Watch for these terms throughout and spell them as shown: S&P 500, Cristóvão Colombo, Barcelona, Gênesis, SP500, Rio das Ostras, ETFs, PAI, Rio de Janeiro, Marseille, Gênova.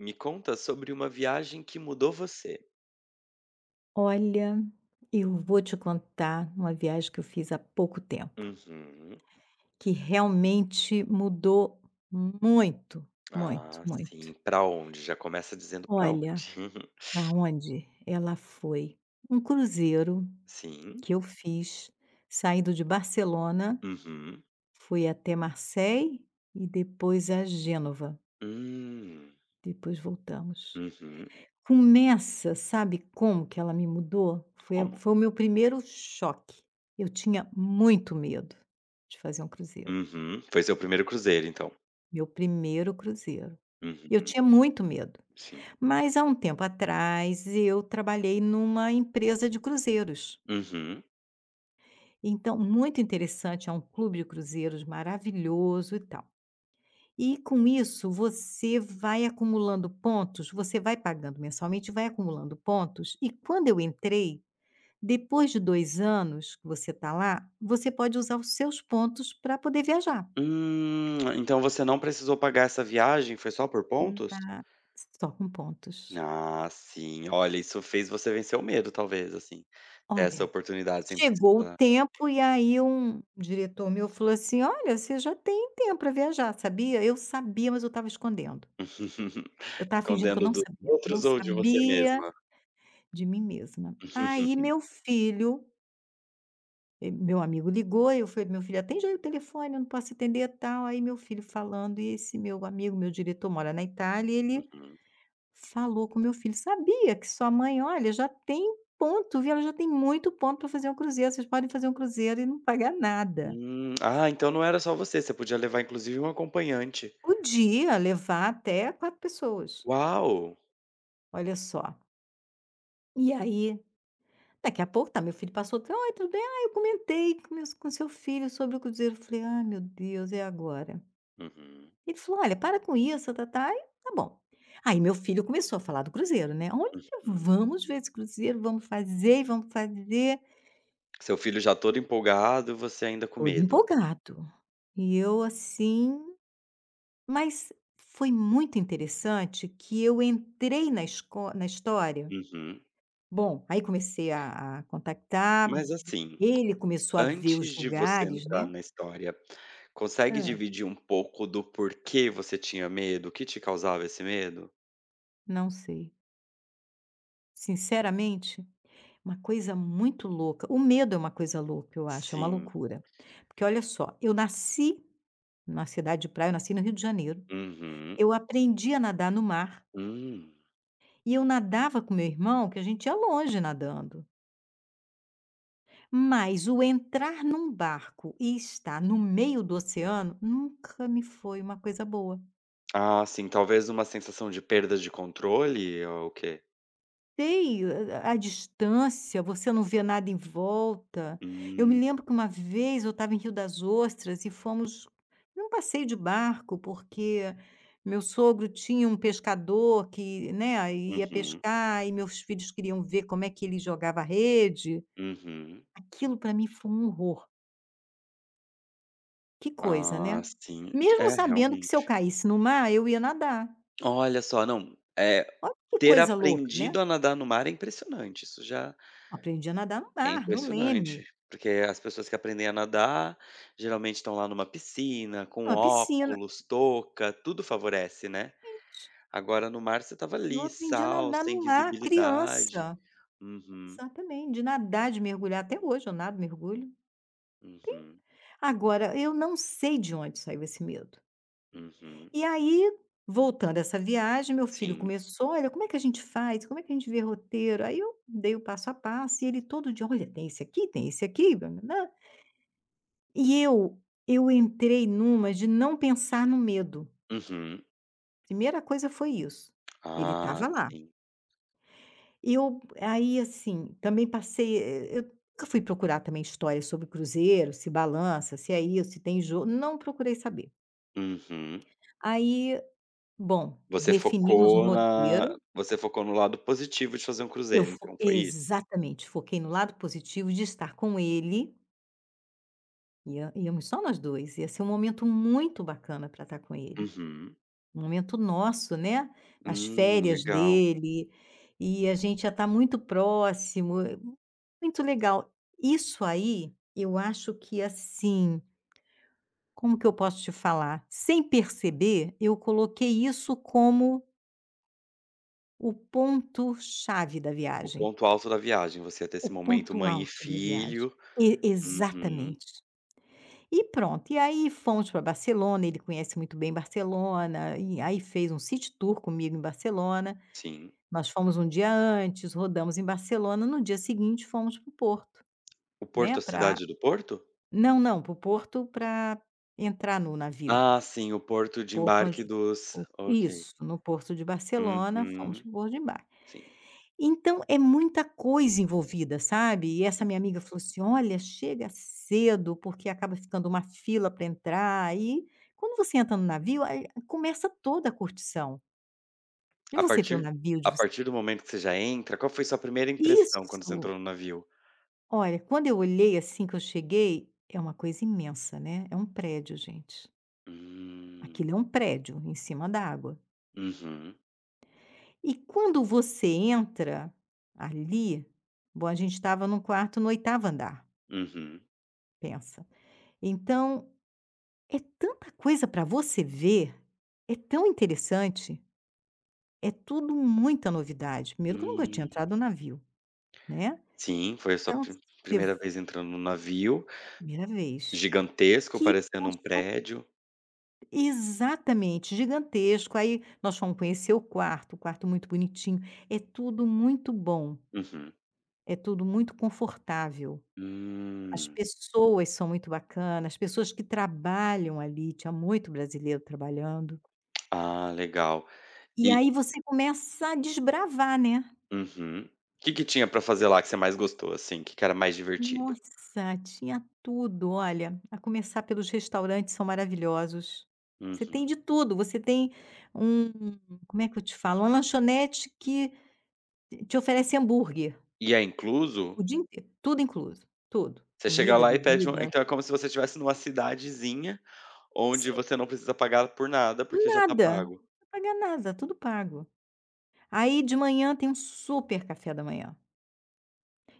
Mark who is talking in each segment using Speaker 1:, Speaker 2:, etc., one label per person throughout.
Speaker 1: Me conta sobre uma viagem que mudou você.
Speaker 2: Olha, eu vou te contar uma viagem que eu fiz há pouco tempo,
Speaker 1: Uhum.
Speaker 2: que realmente mudou muito, muito,
Speaker 1: Ah,
Speaker 2: muito.
Speaker 1: sim. Pra onde? Já começa dizendo pra
Speaker 2: Olha,
Speaker 1: onde.
Speaker 2: para onde ela foi? Um cruzeiro
Speaker 1: Sim.
Speaker 2: que eu fiz saindo de Barcelona,
Speaker 1: Uhum.
Speaker 2: fui até Marseille e depois a Gênova,
Speaker 1: Hum.
Speaker 2: depois voltamos.
Speaker 1: Uhum.
Speaker 2: Começa, sabe como que ela me mudou? Foi a
Speaker 1: Como?
Speaker 2: foi o meu primeiro choque. Eu tinha muito medo de fazer um cruzeiro,
Speaker 1: Uhum. Foi seu primeiro cruzeiro, então.
Speaker 2: meu primeiro cruzeiro. Eu
Speaker 1: Uhum.
Speaker 2: tinha muito medo,
Speaker 1: Sim.
Speaker 2: mas há um tempo atrás eu trabalhei numa empresa de cruzeiros,
Speaker 1: Uhum.
Speaker 2: então muito interessante, é um clube de cruzeiros maravilhoso e tal. E com isso você vai acumulando pontos, você vai pagando mensalmente, vai acumulando pontos, e quando eu entrei depois de 2 anos que você está lá, você pode usar os seus pontos para poder viajar,
Speaker 1: Então você não precisou pagar essa viagem? Foi só por pontos?
Speaker 2: na só com pontos.
Speaker 1: Ah, sim. Olha, isso fez você vencer o medo, talvez, assim. Essa
Speaker 2: Olha,
Speaker 1: oportunidade sempre.
Speaker 2: chegou o tempo e aí um diretor meu falou assim: "Olha, você já tem tempo para viajar, sabia?". Eu sabia, mas eu estava escondendo. Eu estava fingindo que eu
Speaker 1: Escondendo
Speaker 2: não
Speaker 1: dos
Speaker 2: sabia, não
Speaker 1: outros ou de você
Speaker 2: sabia
Speaker 1: mesma?
Speaker 2: de mim mesma. Aí meu filho eh, meu amigo ligou, eu falei: "Meu filho, atende aí o telefone, eu não posso atender, tal". Aí meu filho falando e esse meu amigo, meu diretor mora na Itália, e ele
Speaker 1: Uhum.
Speaker 2: falou com meu filho: "Sabia que sua mãe, olha, já tem ponto, viu, ela já tem muito ponto para fazer um cruzeiro, vocês podem fazer um cruzeiro e não pagar nada".
Speaker 1: Ah, então não era só você, você podia levar inclusive um acompanhante.
Speaker 2: Podia levar até 4 pessoas,
Speaker 1: Uau!
Speaker 2: olha só. E aí, daqui a pouco tá, meu filho passou: tá, "Oi, tudo bem? Ah, eu comentei com seu filho sobre o cruzeiro". Eu falei: "Ai, meu Deus, é agora".
Speaker 1: Uhum,
Speaker 2: Ele falou: "Olha, para com isso, tá-tá-tá". Tá e tá bom. Aí meu filho começou a falar do cruzeiro, né: "Olha,
Speaker 1: hum.
Speaker 2: vamos ver esse cruzeiro, vamos fazer e vamos fazer",
Speaker 1: Seu filho já todo empolgado, você ainda com
Speaker 2: todo
Speaker 1: medo.
Speaker 2: empolgado. E eu assim, mas foi muito interessante que eu entrei na história.
Speaker 1: Uhum.
Speaker 2: Bom, aí comecei a contactar,
Speaker 1: Mas
Speaker 2: v
Speaker 1: assim,
Speaker 2: ele começou a ver os
Speaker 1: antes de você
Speaker 2: lugares, né.
Speaker 1: entrar na história, consegue
Speaker 2: Hã.
Speaker 1: dividir um pouco do porquê você tinha medo? O que te causava esse medo?
Speaker 2: Não sei. Sinceramente, uma coisa muito louca. O medo é uma coisa louca, eu acho, é uma
Speaker 1: Sim.
Speaker 2: loucura. Porque olha só, eu nasci na cidade de praia, eu nasci no Rio de Janeiro.
Speaker 1: Uhum.
Speaker 2: Eu aprendi a nadar no mar
Speaker 1: Hum.
Speaker 2: e eu nadava com meu irmão, que a gente ia longe nadando. Mas o entrar num barco e estar no meio do oceano nunca me foi uma coisa boa.
Speaker 1: Ah, sim, talvez uma sensação de perda de controle ou o quê?
Speaker 2: Sei, a distância, você não vê nada em volta. Eu me
Speaker 1: Hum,
Speaker 2: lembro que uma vez eu estava em Rio das Ostras e fomos num passeio de barco, porque meu sogro tinha um pescador que, né, ia
Speaker 1: uhum,
Speaker 2: pescar e meus filhos queriam ver como é que ele jogava a rede.
Speaker 1: uhum.
Speaker 2: Aquilo para mim foi um horror. Que coisa, né.
Speaker 1: Ah, sim.
Speaker 2: Mesmo
Speaker 1: É,
Speaker 2: sabendo que se eu
Speaker 1: realmente.
Speaker 2: caísse no mar, eu ia nadar.
Speaker 1: Olha só, não,
Speaker 2: Olha que
Speaker 1: ter
Speaker 2: coisa louca, né.
Speaker 1: aprendido a nadar no mar é impressionante, isso já
Speaker 2: Eu aprendi a nadar no
Speaker 1: é
Speaker 2: mar, no leme,
Speaker 1: impressionante, porque as pessoas que aprendem a nadar, geralmente estão lá numa piscina, com
Speaker 2: numa piscina.
Speaker 1: óculos, touca, tudo favorece, né.
Speaker 2: Gente,
Speaker 1: Agora no mar você estava
Speaker 2: eu
Speaker 1: ali,
Speaker 2: aprendi a
Speaker 1: sal,
Speaker 2: nadar
Speaker 1: sem
Speaker 2: no mar,
Speaker 1: visibilidade.
Speaker 2: criança.
Speaker 1: Uhum,
Speaker 2: Exatamente, de nadar, de mergulhar. Até hoje eu nado, mergulho.
Speaker 1: uhum,
Speaker 2: Agora, eu não sei de onde saiu esse medo.
Speaker 1: uhum.
Speaker 2: E aí, voltando a essa viagem, meu filho
Speaker 1: Sim.
Speaker 2: começou: "Olha, como é que a gente faz? Como é que a gente vê roteiro?" Aí eu dei o passo a passo e ele todo dia: "Olha, tem esse aqui, nã-nã-nã". E eu entrei numa de não pensar no medo.
Speaker 1: Uhum.
Speaker 2: Primeira coisa foi isso, ele
Speaker 1: Ah,
Speaker 2: estava lá.
Speaker 1: sim.
Speaker 2: Eu aí, assim, também eu nunca fui procurar também histórias sobre cruzeiro, se balança, se é isso, se tem jogo. Não procurei saber.
Speaker 1: Uhum.
Speaker 2: Aí, bom,
Speaker 1: Você
Speaker 2: definimos um
Speaker 1: focou na
Speaker 2: roteiro,
Speaker 1: Você focou no lado positivo de fazer um
Speaker 2: eu
Speaker 1: cruzeiro,
Speaker 2: fo
Speaker 1: então foi isso?
Speaker 2: exatamente, foquei no lado positivo de estar com ele, ia íamos só nós 2, ia ser um momento muito bacana para estar com ele.
Speaker 1: Uhum.
Speaker 2: Um momento nosso, né, as férias
Speaker 1: Legal.
Speaker 2: dele, e a gente já está muito próximo, é muito legal. Isso aí, eu acho que assim, como que eu posso te falar? Sem perceber, eu coloquei isso como o ponto-chave da
Speaker 1: O
Speaker 2: viagem,
Speaker 1: ponto alto da viagem, você ia ter
Speaker 2: o
Speaker 1: esse momento
Speaker 2: ponto
Speaker 1: mãe e
Speaker 2: alto da viagem.
Speaker 1: filho.
Speaker 2: E
Speaker 1: Uhum,
Speaker 2: exatamente. E pronto, e aí fomos para Barcelona, ele conhece muito bem Barcelona, e aí fez um city tour comigo em Barcelona.
Speaker 1: sim.
Speaker 2: Nós fomos um dia antes, rodamos em Barcelona, no dia seguinte fomos para o Porto,
Speaker 1: O
Speaker 2: né,
Speaker 1: porto, a
Speaker 2: pra
Speaker 1: cidade do porto?
Speaker 2: não, não, para o Porto para entrar no navio,
Speaker 1: Ah, sim, o porto de
Speaker 2: porto onde
Speaker 1: embarque dos
Speaker 2: o
Speaker 1: ok.
Speaker 2: isso, no porto de Barcelona, fomos
Speaker 1: Uhum.
Speaker 2: para o Porto de embarque.
Speaker 1: Sim,
Speaker 2: Então é muita coisa envolvida, sabe. E essa
Speaker 1: sim.
Speaker 2: minha amiga falou assim: "Olha, chega cedo, porque acaba ficando uma fila para entrar", e quando você entra no navio, aí começa toda a curtição. De
Speaker 1: A
Speaker 2: você ver
Speaker 1: partir
Speaker 2: o navio, de
Speaker 1: a
Speaker 2: você
Speaker 1: partir do momento que você já entra, qual foi sua primeira impressão quando você
Speaker 2: isso.
Speaker 1: entrou no navio?
Speaker 2: Olha, quando eu olhei assim que eu cheguei, é uma coisa imensa, né? É um prédio, gente.
Speaker 1: Hum.
Speaker 2: Aquilo é um prédio em cima da água.
Speaker 1: Uhum.
Speaker 2: E quando você entra ali, bom, a gente estava num quarto no oitavo andar,
Speaker 1: Uhum.
Speaker 2: pensa. Então, é tanta coisa para você ver, é tão interessante, é tudo muita novidade. Primeiro que eu nunca tinha
Speaker 1: Hum.
Speaker 2: entrado no navio, né?
Speaker 1: Sim, foi a sua
Speaker 2: Então, você,
Speaker 1: primeira vez entrando num navio
Speaker 2: primeira vez.
Speaker 1: gigantesco,
Speaker 2: Que
Speaker 1: parecendo um prédio.
Speaker 2: Exatamente, gigantesco. Aí nós fomos conhecer o quarto muito bonitinho. É tudo muito bom,
Speaker 1: Uhum.
Speaker 2: é tudo muito confortável. As
Speaker 1: Hum.
Speaker 2: pessoas são muito bacanas, as pessoas que trabalham ali, tinha muito brasileiro trabalhando.
Speaker 1: Ah, legal.
Speaker 2: E
Speaker 1: E
Speaker 2: aí você começa a desbravar, né.
Speaker 1: uhum. O que que tinha pra fazer lá que você mais gostou, assim? O que que era mais divertido?
Speaker 2: Nossa, tinha tudo, olha, a começar pelos restaurantes são maravilhosos. Você tem
Speaker 1: Uhum.
Speaker 2: de tudo, você tem um, como é que eu te falo? Uma lanchonete que te oferece hambúrguer.
Speaker 1: E é
Speaker 2: O
Speaker 1: incluso?
Speaker 2: dia inteiro, tudo incluso, tudo,
Speaker 1: Você chega
Speaker 2: comida,
Speaker 1: lá e pede um
Speaker 2: bebida,
Speaker 1: então é como se você estivesse numa cidadezinha,
Speaker 2: sim,
Speaker 1: onde você não precisa pagar por nada, porque já tá
Speaker 2: nada,
Speaker 1: pago.
Speaker 2: não pagar nada, tudo pago. Aí de manhã tem um super café da manhã.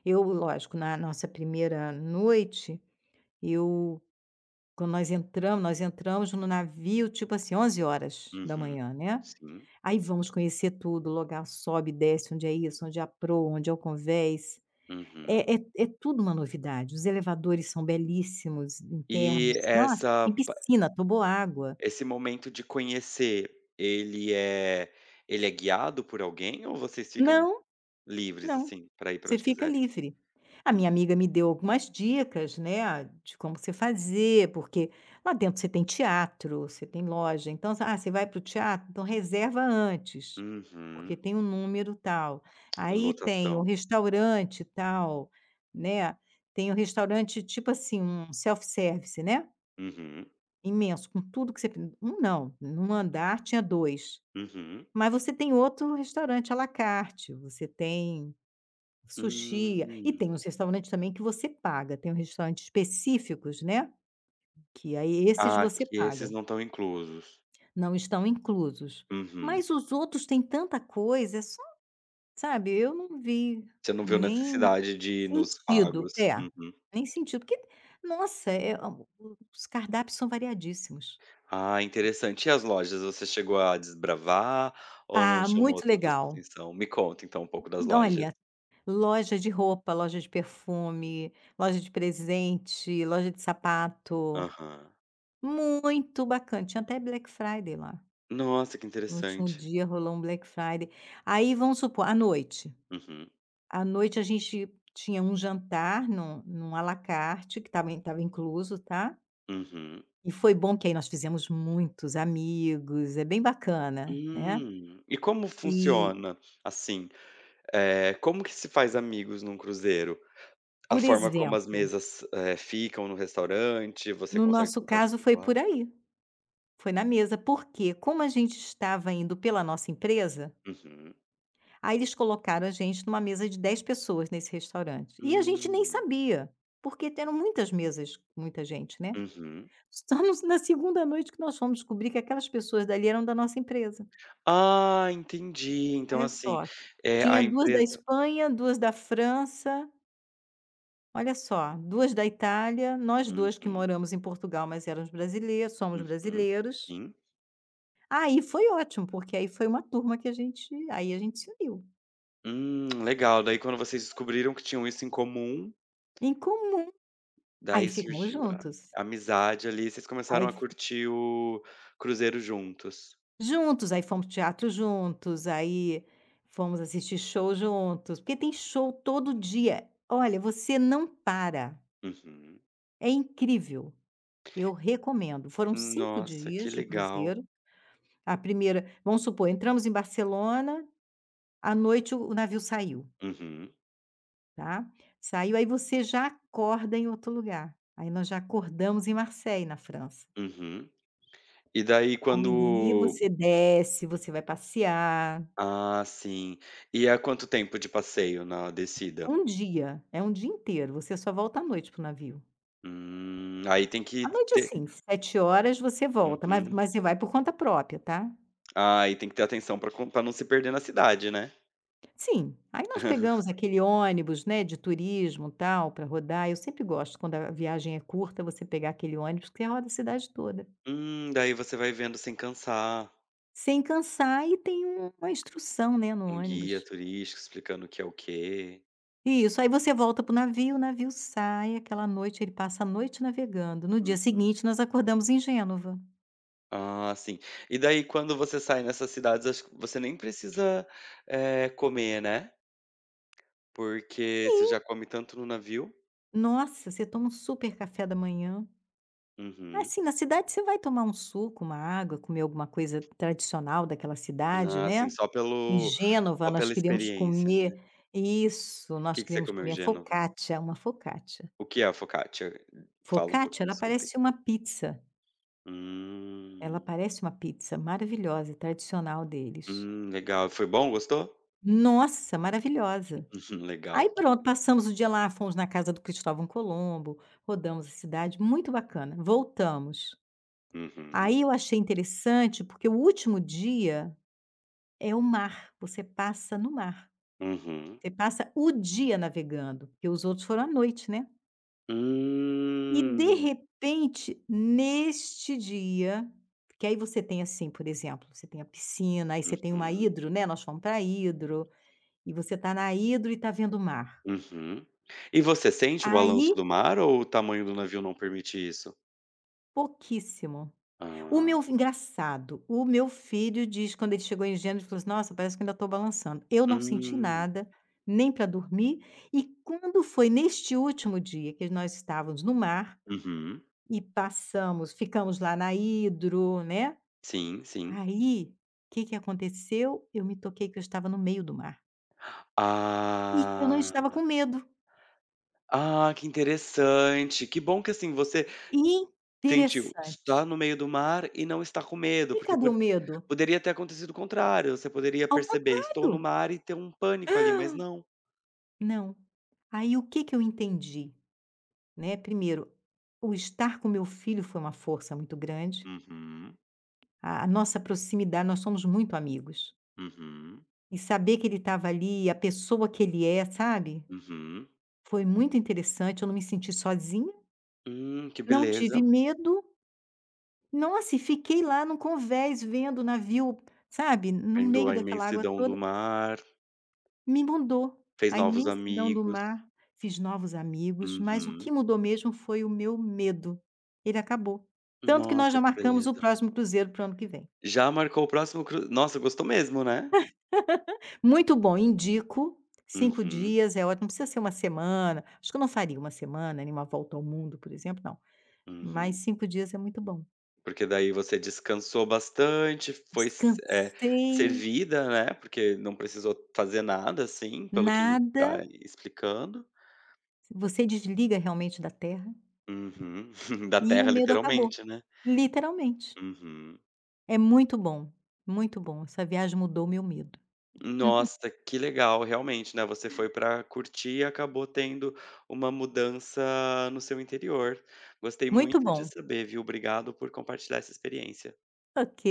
Speaker 2: Eu, lógico, na nossa primeira noite, eu quando nós entramos no navio, tipo assim, onze horas da
Speaker 1: Uhum.
Speaker 2: manhã né.
Speaker 1: Sim.
Speaker 2: Aí vamos conhecer tudo, o lugar sobe desce, onde é isso, onde é a proa, onde é o convés.
Speaker 1: Uhum.
Speaker 2: É tudo uma novidade. Os elevadores são belíssimos, internos.
Speaker 1: E
Speaker 2: Nossa,
Speaker 1: essa
Speaker 2: tem piscina, água?
Speaker 1: Esse momento de conhecer, ele é ele é guiado por alguém ou vocês ficam
Speaker 2: Não,
Speaker 1: livres,
Speaker 2: não,
Speaker 1: assim, pra ir pra
Speaker 2: você
Speaker 1: onde
Speaker 2: fica
Speaker 1: quiserem?
Speaker 2: livre. A minha
Speaker 1: Uhum.
Speaker 2: amiga me deu algumas dicas, né, de como você fazer, porque lá dentro você tem teatro, você tem loja, então, ah, você vai para o teatro, então reserva antes, porque
Speaker 1: Uhum.
Speaker 2: tem um número tal. Aí tem o
Speaker 1: Lotação.
Speaker 2: restaurante tal, né, tem o restaurante tipo assim, um self-service, né.
Speaker 1: Uhum.
Speaker 2: Imenso, com tudo que você, não, num andar tinha 2.
Speaker 1: Uhum.
Speaker 2: Mas você tem outro restaurante à la carte, você tem sushi e
Speaker 1: Hum.
Speaker 2: tem uns restaurantes também que você paga, tem um restaurantes específicos, né, que aí esses
Speaker 1: Ah,
Speaker 2: você
Speaker 1: que esses
Speaker 2: paga,
Speaker 1: não estão inclusos.
Speaker 2: não estão inclusos.
Speaker 1: Uhum.
Speaker 2: Mas os outros têm tanta coisa, é só, sabe, eu não vi
Speaker 1: Você não viu
Speaker 2: nem
Speaker 1: necessidade de ir nos
Speaker 2: sentido
Speaker 1: pagos.
Speaker 2: é,
Speaker 1: Uhum.
Speaker 2: nem sentido, porque nossa, os cardápios são variadíssimos.
Speaker 1: Ah, interessante. E as lojas, você chegou a desbravar ou não
Speaker 2: Ah,
Speaker 1: chamou
Speaker 2: muito
Speaker 1: tanto a sua
Speaker 2: legal.
Speaker 1: atenção? Me conta então um pouco das lojas.
Speaker 2: Olha, loja de roupa, loja de perfume, loja de presente, loja de sapato.
Speaker 1: Aham.
Speaker 2: Muito bacana. Tinha até Black Friday lá.
Speaker 1: Nossa, que
Speaker 2: No último
Speaker 1: interessante.
Speaker 2: dia rolou um Black Friday. Aí, vamos supor, à noite.
Speaker 1: Uhum.
Speaker 2: À noite a gente tinha um jantar num à la carte, que estava incluso, tá.
Speaker 1: Uhum.
Speaker 2: E foi bom que aí nós fizemos muitos amigos, é bem bacana, né.
Speaker 1: Hum. E como
Speaker 2: E,
Speaker 1: funciona, assim, como que se faz amigos num cruzeiro? A
Speaker 2: por
Speaker 1: forma como as
Speaker 2: exemplo,
Speaker 1: mesas, ficam no restaurante, você
Speaker 2: no
Speaker 1: consegue
Speaker 2: nosso
Speaker 1: contato
Speaker 2: caso foi
Speaker 1: virtual?
Speaker 2: por aí. Foi na mesa, porque como a gente estava indo pela nossa empresa,
Speaker 1: Uhum.
Speaker 2: aí eles colocaram a gente numa mesa de 10 pessoas nesse restaurante. E a gente nem
Speaker 1: Hum.
Speaker 2: sabia, porque eram muitas mesas, muita gente, né.
Speaker 1: Uhum.
Speaker 2: Só nos na segunda noite que nós fomos descobrir que aquelas pessoas dali eram da nossa empresa.
Speaker 1: Ah, entendi. Então,
Speaker 2: Olha
Speaker 1: assim,
Speaker 2: só,
Speaker 1: é
Speaker 2: tinha
Speaker 1: a
Speaker 2: 2 da
Speaker 1: empresa
Speaker 2: Espanha, 2 da França, olha só, 2 da Itália, nós 2 que
Speaker 1: uhum,
Speaker 2: moramos em Portugal, mas éramos brasileiros somos
Speaker 1: uhum,
Speaker 2: brasileiros.
Speaker 1: sim.
Speaker 2: Aí foi ótimo, porque aí foi uma turma que a gente se uniu
Speaker 1: Legal. Daí quando vocês descobriram que tinham isso em comum,
Speaker 2: em comum. Aí
Speaker 1: daí
Speaker 2: ficamos
Speaker 1: surgiu
Speaker 2: juntos.
Speaker 1: a amizade ali, vocês
Speaker 2: Aí
Speaker 1: começaram a
Speaker 2: f
Speaker 1: curtir o cruzeiro juntos.
Speaker 2: juntos, aí fomos para teatro juntos, aí fomos assistir show juntos, porque tem show todo dia. Olha, você não para,
Speaker 1: Uhum.
Speaker 2: é incrível, eu recomendo. Foram 5
Speaker 1: Nossa, que
Speaker 2: dias de
Speaker 1: legal.
Speaker 2: cruzeiro, a primeira, vamos supor, entramos em Barcelona, à noite o navio saiu.
Speaker 1: Uhum,
Speaker 2: Tá. Saiu, aí você já acorda em outro lugar. Aí nós já acordamos em Marseille, na França.
Speaker 1: uhum. E daí
Speaker 2: Aí
Speaker 1: quando
Speaker 2: você desce, você vai passear.
Speaker 1: ah, sim. E há quanto tempo de passeio na descida?
Speaker 2: Um dia, é um dia inteiro, você só volta à noite pro navio.
Speaker 1: Aí tem
Speaker 2: À
Speaker 1: que
Speaker 2: noite,
Speaker 1: ter
Speaker 2: assim, 7 horas você volta, mas
Speaker 1: uhum.
Speaker 2: mas você vai por conta própria, tá.
Speaker 1: Ah, aí tem que ter atenção pra não se perder na cidade, né.
Speaker 2: Sim, aí nós pegamos aquele ônibus, né, de turismo, tal, para rodar. Eu sempre gosto quando a viagem é curta, você pegar aquele ônibus que você roda a cidade toda.
Speaker 1: Daí você vai vendo sem cansar,
Speaker 2: Sem cansar e tem uma instrução, né, no
Speaker 1: um guia
Speaker 2: ônibus.
Speaker 1: turístico explicando o que é o quê.
Speaker 2: Isso, aí você volta pro navio, o navio sai, aquela noite ele passa a noite navegando. No dia
Speaker 1: Uhum.
Speaker 2: seguinte, nós acordamos em Gênova.
Speaker 1: Ah, sim. E daí quando você sai nessas cidades, acho que você nem precisa, comer, né? Porque você
Speaker 2: Sim.
Speaker 1: já come tanto no navio.
Speaker 2: Nossa, você toma um super café da manhã.
Speaker 1: Uhum.
Speaker 2: Assim, na cidade você vai tomar um suco, uma água, comer alguma coisa tradicional daquela cidade,
Speaker 1: Ah, sim,
Speaker 2: né. Em Gênova,
Speaker 1: só
Speaker 2: nós
Speaker 1: pela
Speaker 2: queríamos
Speaker 1: experiência, né.
Speaker 2: comer isso,
Speaker 1: O
Speaker 2: nós
Speaker 1: que que você
Speaker 2: queríamos
Speaker 1: comeu em
Speaker 2: comer
Speaker 1: Gênova?
Speaker 2: focaccia, uma focaccia.
Speaker 1: O que é a focaccia? Fala um
Speaker 2: Focaccia,
Speaker 1: pouquinho
Speaker 2: ela
Speaker 1: sobre.
Speaker 2: parece uma pizza, ela
Speaker 1: Hum.
Speaker 2: parece uma pizza maravilhosa, tradicional deles.
Speaker 1: Legal. Foi bom, gostou?
Speaker 2: Nossa, maravilhosa. Aí
Speaker 1: Legal.
Speaker 2: pronto, passamos o dia lá, fomos na casa do Cristóvão Colombo, rodamos a cidade, muito bacana. Voltamos.
Speaker 1: Uhum.
Speaker 2: Aí eu achei interessante, porque o último dia é o mar, você passa no mar.
Speaker 1: Uhum.
Speaker 2: Você passa o dia navegando, porque os outros foram à noite, né. E de
Speaker 1: Hum.
Speaker 2: repente, neste dia, que aí você tem, assim, por exemplo, você tem a piscina, aí você tem uma
Speaker 1: Uhum.
Speaker 2: hidro, né, nós fomos pra hidro, e você está na hidro e está vendo o mar.
Speaker 1: Uhum. E você sente o balanço
Speaker 2: Aí
Speaker 1: do mar ou o tamanho do navio não permite isso?
Speaker 2: pouquíssimo. O
Speaker 1: Ah.
Speaker 2: meu engraçado, o meu filho diz quando ele chegou em Gênesis, ele falou assim: "Nossa, parece que ainda estou balançando". Eu não senti
Speaker 1: Hum.
Speaker 2: nada, nem para dormir, e quando foi neste último dia que nós estávamos no mar
Speaker 1: Uhum.
Speaker 2: e passamos ficamos lá na hidro, né,
Speaker 1: Sim, sim.
Speaker 2: aí, o que que aconteceu? Eu me toquei que eu estava no meio do mar e que eu não
Speaker 1: Ah.
Speaker 2: estava com medo.
Speaker 1: Ah, que interessante. Que bom que, assim, você sentiu estar
Speaker 2: Interessante.
Speaker 1: no meio do mar e não está com medo,
Speaker 2: E
Speaker 1: porque
Speaker 2: cadê
Speaker 1: po
Speaker 2: o medo?
Speaker 1: poderia ter acontecido o contrário, você poderia
Speaker 2: Ao
Speaker 1: perceber: "Estou
Speaker 2: contrário.
Speaker 1: no mar" e ter um pânico ali, mas não.
Speaker 2: Não. Aí o que que eu entendi? Né, primeiro, o estar com meu filho foi uma força muito grande,
Speaker 1: Uhum,
Speaker 2: a nossa proximidade, nós somos muito amigos.
Speaker 1: uhum,
Speaker 2: E saber que ele estava ali, a pessoa que ele é, sabe,
Speaker 1: uhum.
Speaker 2: foi muito interessante, eu não me senti sozinha,
Speaker 1: Que
Speaker 2: não tive
Speaker 1: beleza.
Speaker 2: medo. Nossa, e fiquei lá no convés vendo o navio, sabe, no
Speaker 1: Vendo
Speaker 2: meio
Speaker 1: a
Speaker 2: daquela água
Speaker 1: imensidão
Speaker 2: toda.
Speaker 1: do mar,
Speaker 2: Me mudou.
Speaker 1: fez
Speaker 2: A
Speaker 1: novos
Speaker 2: imensidão do
Speaker 1: amigos.
Speaker 2: mar, fiz novos amigos, mas o que
Speaker 1: Uhum.
Speaker 2: mudou mesmo foi o meu medo. Ele acabou. Tanto que nós
Speaker 1: Nossa,
Speaker 2: já
Speaker 1: que
Speaker 2: marcamos o
Speaker 1: beleza.
Speaker 2: próximo cruzeiro para o ano que vem.
Speaker 1: Já marcou o próximo cru nossa, gostou mesmo, né?
Speaker 2: Muito bom, indico. cinco
Speaker 1: Uhum,
Speaker 2: dias é ótimo, não precisa ser uma semana. Acho que eu não faria uma semana, nem uma volta ao mundo, por exemplo, não. Mas
Speaker 1: uhum.
Speaker 2: 5 dias é muito bom.
Speaker 1: Porque daí você descansou bastante,
Speaker 2: Descansei,
Speaker 1: servida, né, porque não precisou fazer nada, assim, pelo que tá
Speaker 2: nada,
Speaker 1: explicando.
Speaker 2: você desliga realmente da terra
Speaker 1: Uhum. Da
Speaker 2: e o
Speaker 1: terra
Speaker 2: medo acabou,
Speaker 1: literalmente, né.
Speaker 2: literalmente.
Speaker 1: Uhum.
Speaker 2: É muito bom, muito bom. Essa viagem mudou meu medo.
Speaker 1: Nossa, que legal, realmente, né, você foi pra curtir e acabou tendo uma mudança no seu interior. Gostei
Speaker 2: Muito
Speaker 1: muito de
Speaker 2: bom.
Speaker 1: saber, viu. Obrigado por compartilhar essa experiência.
Speaker 2: Ok.